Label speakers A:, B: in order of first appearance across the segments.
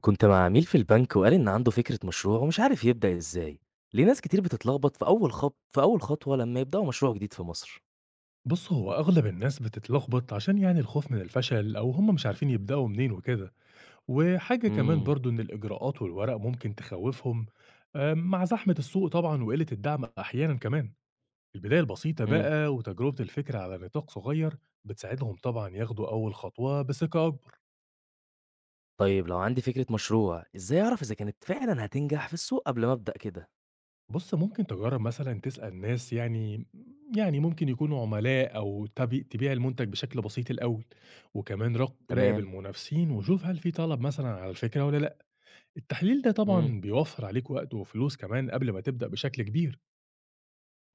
A: كنت مع عميل في البنك وقال إن عنده فكرة مشروع ومش عارف يبدأ إزاي. ليه ناس كتير بتتلخبط في أول خطوة لما يبدأوا مشروع جديد في مصر؟
B: بُص، هو أغلب الناس بتتلخبط عشان يعني الخوف من الفشل أو هم مش عارفين يبدأوا منين وكده، وحاجة كمان
A: امم
B: برضه إن الإجراءات والورق ممكن تخوّفهم. مع زحمة السوق طبعًا وقِلّة الدعم أحيانًا كمان. البداية البسيطة
A: امم
B: بقى وتجربة الفكرة على نطاق صغير بتساعدهم طبعًا ياخدوا أول خطوة بثقة أكبر.
A: طيب لو عندي فكرة مشروع إزاي أعرف إذا كانت فعلا هتنجح في السوق قبل ما أبدأ كده؟
B: بُص، ممكن تجرّب مثلًا تسأل ناس يعني ممكن يكونوا عملاء أو تبي تبيع المنتج بشكل بسيط الأول، وكمان راقب
A: تمام.
B: المنافسين وشوف هل في طلب مثلًا على الفكرة والّا لأ. التحليل ده
A: امم
B: طبعًا بيوفّر عليك وقت وفلوس كمان قبل ما تبدأ بشكل كبير.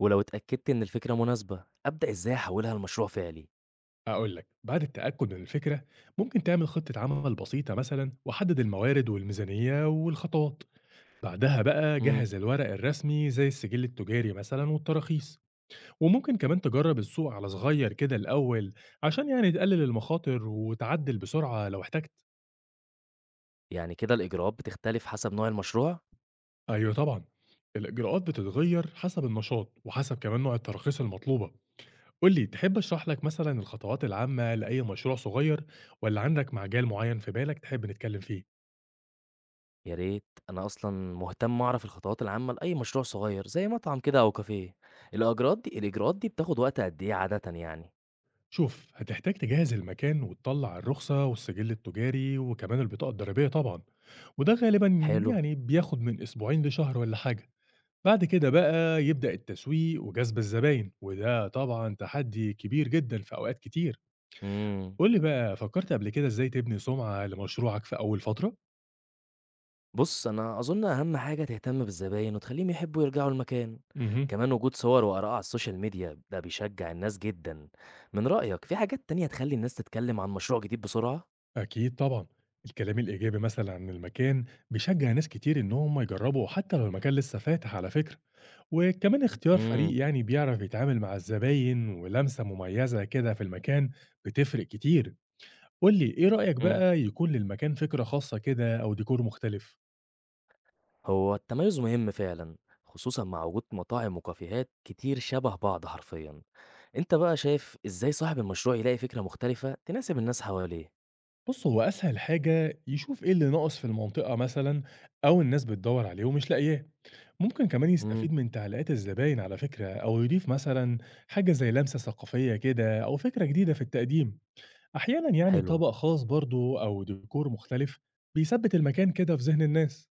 A: ولو اتأكدت إن الفكرة مناسبة أبدأ إزاي أحولها لمشروع فعلي؟
B: هاقول لك، بعد التأكد من الفكرة ممكن تعمل خطة عمل بسيطة مثلًا وحدد الموارد والميزانية والخطوات، بعدها بقى
A: امم
B: جهّز الورق الرسمي زي السجل التجاري مثلًا والتراخيص، وممكن كمان تجرّب السوق على صغير كده الأول عشان يعني تقلل المخاطر وتعدل بسرعة لو احتجت.
A: يعني كده الإجراءات بتختلف حسب نوع المشروع؟
B: أيوه طبعًا، الإجراءات بتتغيّر حسب النشاط وحسب كمان نوع التراخيص المطلوبة. قُل لي، تحب أشرح لك مثلًا الخطوات العامة لأي مشروع صغير والّا عندك مجال معيّن في بالك تحب نتكلم فيه؟
A: يا ريت، أنا أصلًا مهتم أعرف الخطوات العامة لأي مشروع صغير زي مطعم كده أو كافيه، الأجراءات دي الإجراءات دي بتاخد وقت قد إيه عادةً يعني؟
B: شوف، هتحتاج تجهّز المكان وتطلّع الرخصة والسجل التجاري وكمان البطاقة الضريبية طبعًا، وده غالبًا
A: حلو.
B: يعني بياخد من أسبوعين لشهر والّا حاجة. بعد كده بقى يبدأ التسويق وجذب الزباين، وده طبعًا تحدي كبير جدًا في أوقات كتير.
A: إمم،
B: قُل لي بقى، فكّرت قبل كده إزاي تبني سمعة لمشروعك في أول فترة؟
A: بُص أنا أظن أهم حاجة تهتم بالزباين وتخليهم يحبوا يرجعوا المكان،
B: اهم.
A: كمان وجود صور وآراء على السوشيال ميديا ده بيشجع الناس جدًا، من رأيك في حاجات تانية تخلي الناس تتكلم عن مشروع جديد بسرعة؟
B: أكيد طبعًا، الكلام الإيجابي مثلًا عن المكان بيشجّع ناس كتير إن هم يجرّبوا حتى لو المكان لسه فاتح على فكرة، وكمان اختيار
A: إمم،
B: فريق يعني بيعرف يتعامل مع الزباين ولمسة مميزة كده في المكان بتفرق كتير. قُل لي إيه رأيك
A: إمم.
B: بقى يكون للمكان فكرة خاصة كده أو ديكور مختلف؟
A: هو التميز مهم فعلا، خصوصا مع وجود مطاعم وكافيهات كتير شبه بعض حرفيا. انت بقى شايف ازاي صاحب المشروع يلاقي فكرة مختلفة تناسب الناس حواليه؟
B: بُص، هو أسهل حاجة يشوف إيه اللي ناقص في المنطقة مثلًا أو الناس بتدوّر عليه ومش لاقياه، ممكن كمان
A: امم
B: يستفيد من تعليقات الزباين على فكرة أو يضيف مثلًا حاجة زي لمسة ثقافية كده أو فكرة جديدة في التقديم، أحيانًا يعني
A: حلو.
B: طبق خاص برضه أو ديكور مختلف بيثبِّت المكان كده في ذهن الناس.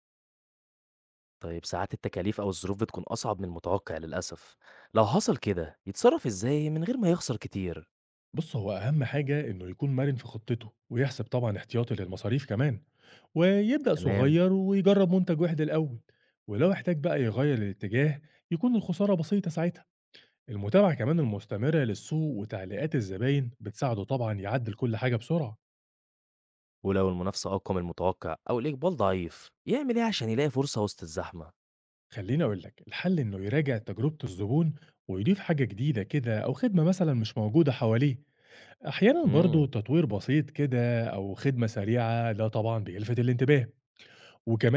A: طيب ساعات التكاليف او الظروف بتكون اصعب من المتوقع للاسف، لو حصل كده يتصرف ازاي من غير ما يخسر كتير؟
B: بُص، هو أهم حاجة إنه يكون مرن في خطته ويحسب طبعًا احتياطي للمصاريف كمان ويبدأ
A: تمام.
B: صغير ويجرّب منتج واحد الأول، ولو احتاج بقى يغيّر الاتجاه يكون الخسارة بسيطة ساعتها. المتابعة كمان المستمرة للسوق وتعليقات الزباين بتساعده طبعا يعدل كل حاجة بسرعة.
A: ولو المنافسة اقوى من المتوقع او الاقبال ضعيف يعمل ايه عشان يلاقي فرصة وسط الزحمة؟
B: خليني أقول لك، الحل إنه يراجع تجربة الزبون ويضيف حاجة جديدة كده أو خدمة مثلا مش موجودة حواليه. أحيانا برضه
A: امم
B: تطوير بسيط كده أو خدمة سريعة ده طبعا بيلفت الانتباه،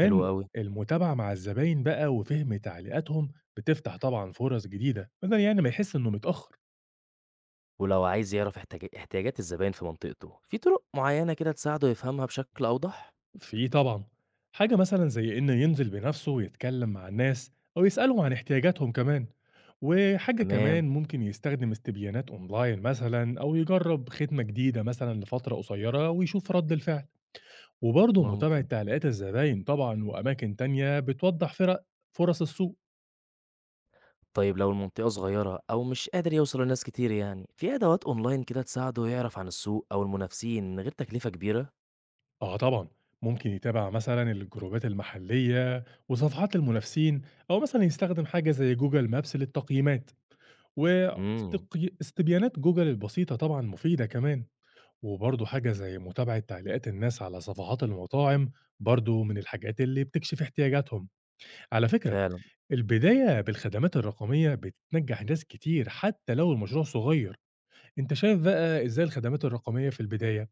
A: حلو قوي.
B: المتابعة مع الزباين بقى وفهم تعليقاتهم بتفتح طبعا فرص جديدة بدل يعني ما يحس إنه متأخر.
A: ولو عايز يعرف احتياجات الزباين في منطقته، في طرق معينة كده تساعده يفهمها بشكل أوضح؟
B: في طبعًا، حاجة مثلًا زي إنه ينزل بنفسه ويتكلّم مع الناس أو يسألهم عن احتياجاتهم كمان، وحاجة
A: تمام،
B: كمان ممكن يستخدم استبيانات أونلاين مثلًا أو يجرّب خدمة جديدة مثلًا لفترة قصيرة ويشوف رَد الفعل، وبرضه متابعة
A: ممكن.
B: تعليقات الزباين طبعًا وأماكن تانية بتوضّح فرق فرص السوق.
A: طيب لو المنطقة صغيرة أو مش قادر يوصل لناس كتير يعني، في أدوات أونلاين كده تساعده يعرف عن السوق أو المنافسين من غير تكلفة كبيرة؟
B: آه طبعًا، ممكن يتابع مثلًا الجروبات المحلية وصفحات المنافسين أو مثلًا يستخدم حاجة زي Google Maps للتقييمات.
A: امم
B: استبيانات جوجل البسيطة طبعًا مفيدة كمان، وبرضه حاجة زي متابعة تعليقات الناس على صفحات المطاعم برضه من الحاجات اللي بتكشف احتياجاتهم. على فكرة،
A: فعلا.
B: البداية بالخدمات الرقمية بتنجح ناس كتير حتى لو المشروع صغير. أنت شايف بقى إزاي الخدمات الرقمية في البداية؟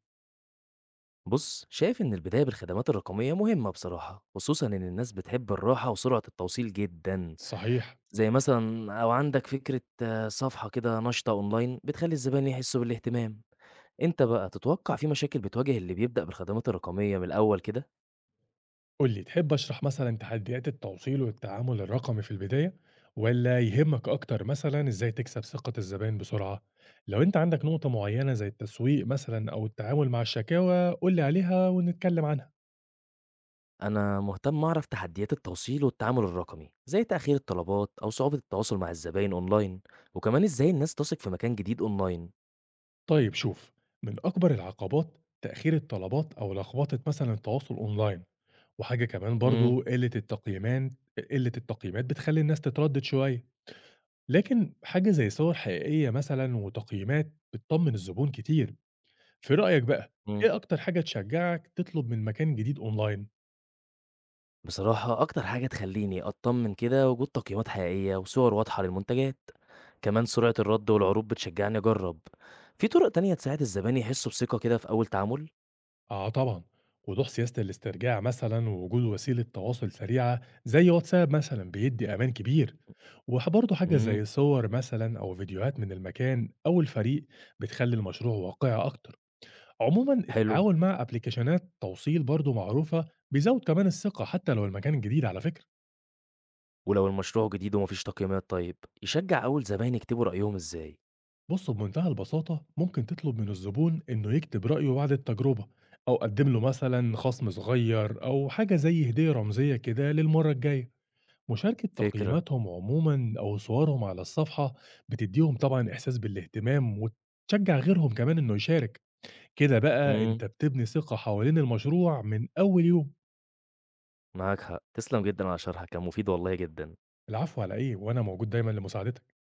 A: بص، شايف إن البداية بالخدمات الرقمية مهمة بصراحة، خصوصا إن الناس بتحب الراحة وسرعة التوصيل جدا.
B: صحيح.
A: زي مثلا أو عندك فكرة صفحة كده نشطة أونلاين بتخلي الزبائن يحسوا بالاهتمام. أنت بقى تتوقع في مشاكل بتواجه اللي بيبدأ بالخدمات الرقمية من الأول كده؟
B: قُل لي، تحب أشرح مثلًا تحديات التوصيل والتعامل الرقمي في البداية، والّا يهمك أكتر مثلًا إزاي تكسب ثقة الزبائن بسرعة؟ لو أنت عندك نقطة معينة زي التسويق مثلًا أو التعامل مع الشكاوى، قُل لي عليها ونتكلم عنها.
A: أنا مهتم أعرف تحديات التوصيل والتعامل الرقمي، زي تأخير الطلبات أو صعوبة التواصل مع الزباين أونلاين، وكمان إزاي الناس تثق في مكان جديد أونلاين.
B: طيب شوف، من أكبر العقبات تأخير الطلبات أو لخبطة مثلًا التواصل أونلاين، وحاجة كمان
A: إمم،
B: برضه قلة التقييمات بتخلّي الناس تتردد شوية، لكن حاجة زي صور حقيقية مثلًا وتقييمات بتطمن الزبون كتير. في رأيك بقى،
A: إمم.
B: إيه أكتر حاجة تشجّعك تطلب من مكان جديد أونلاين؟
A: بصراحة أكتر حاجة تخليني أطمن كده وجود تقييمات حقيقية وصور واضحة للمنتجات، كمان سرعة الرد والعروض بتشجعني أجرب. في طرق تانية تساعد الزبائن يحسوا بثقة كده في أول تعامل؟
B: آه طبعًا، وضوح سياسة الاسترجاع مثلًا ووجود وسيلة تواصل سريعة زي واتساب مثلًا بيدّي أمان كبير، برضه حاجة
A: إمم،
B: زي صور مثلًا أو فيديوهات من المكان أو الفريق بتخلّي المشروع واقعي أكتر. عمومًا
A: حلو.
B: التعاون مع أبليكيشنات توصيل برضه معروفة بيزوّد كمان الثقة حتى لو المكان جديد على فكرة.
A: ولو المشروع جديد ومفيش تقييمات طيب، يشجّع أول زباين يكتبوا رأيهم إزاي؟
B: بص بمنتهى البساطة، ممكن تطلب من الزبون إنه يكتب رأيه بعد التجربة أو قدم له مثلا خصم صغير أو حاجة زي هدية رمزية كده للمرة الجاية. مشاركة
A: فكرة.
B: تقييماتهم عموما أو صورهم على الصفحة بتديهم طبعا إحساس بالاهتمام وتشجع غيرهم كمان إنه يشارك. كده بقى
A: إمم،
B: أنت بتبني ثقة حوالين المشروع من أول يوم.
A: معاك حق، تسلم جدًا على شرحك، كان مفيد والله جدًا.
B: العفو على إيه، وأنا موجود دايما لمساعدتك.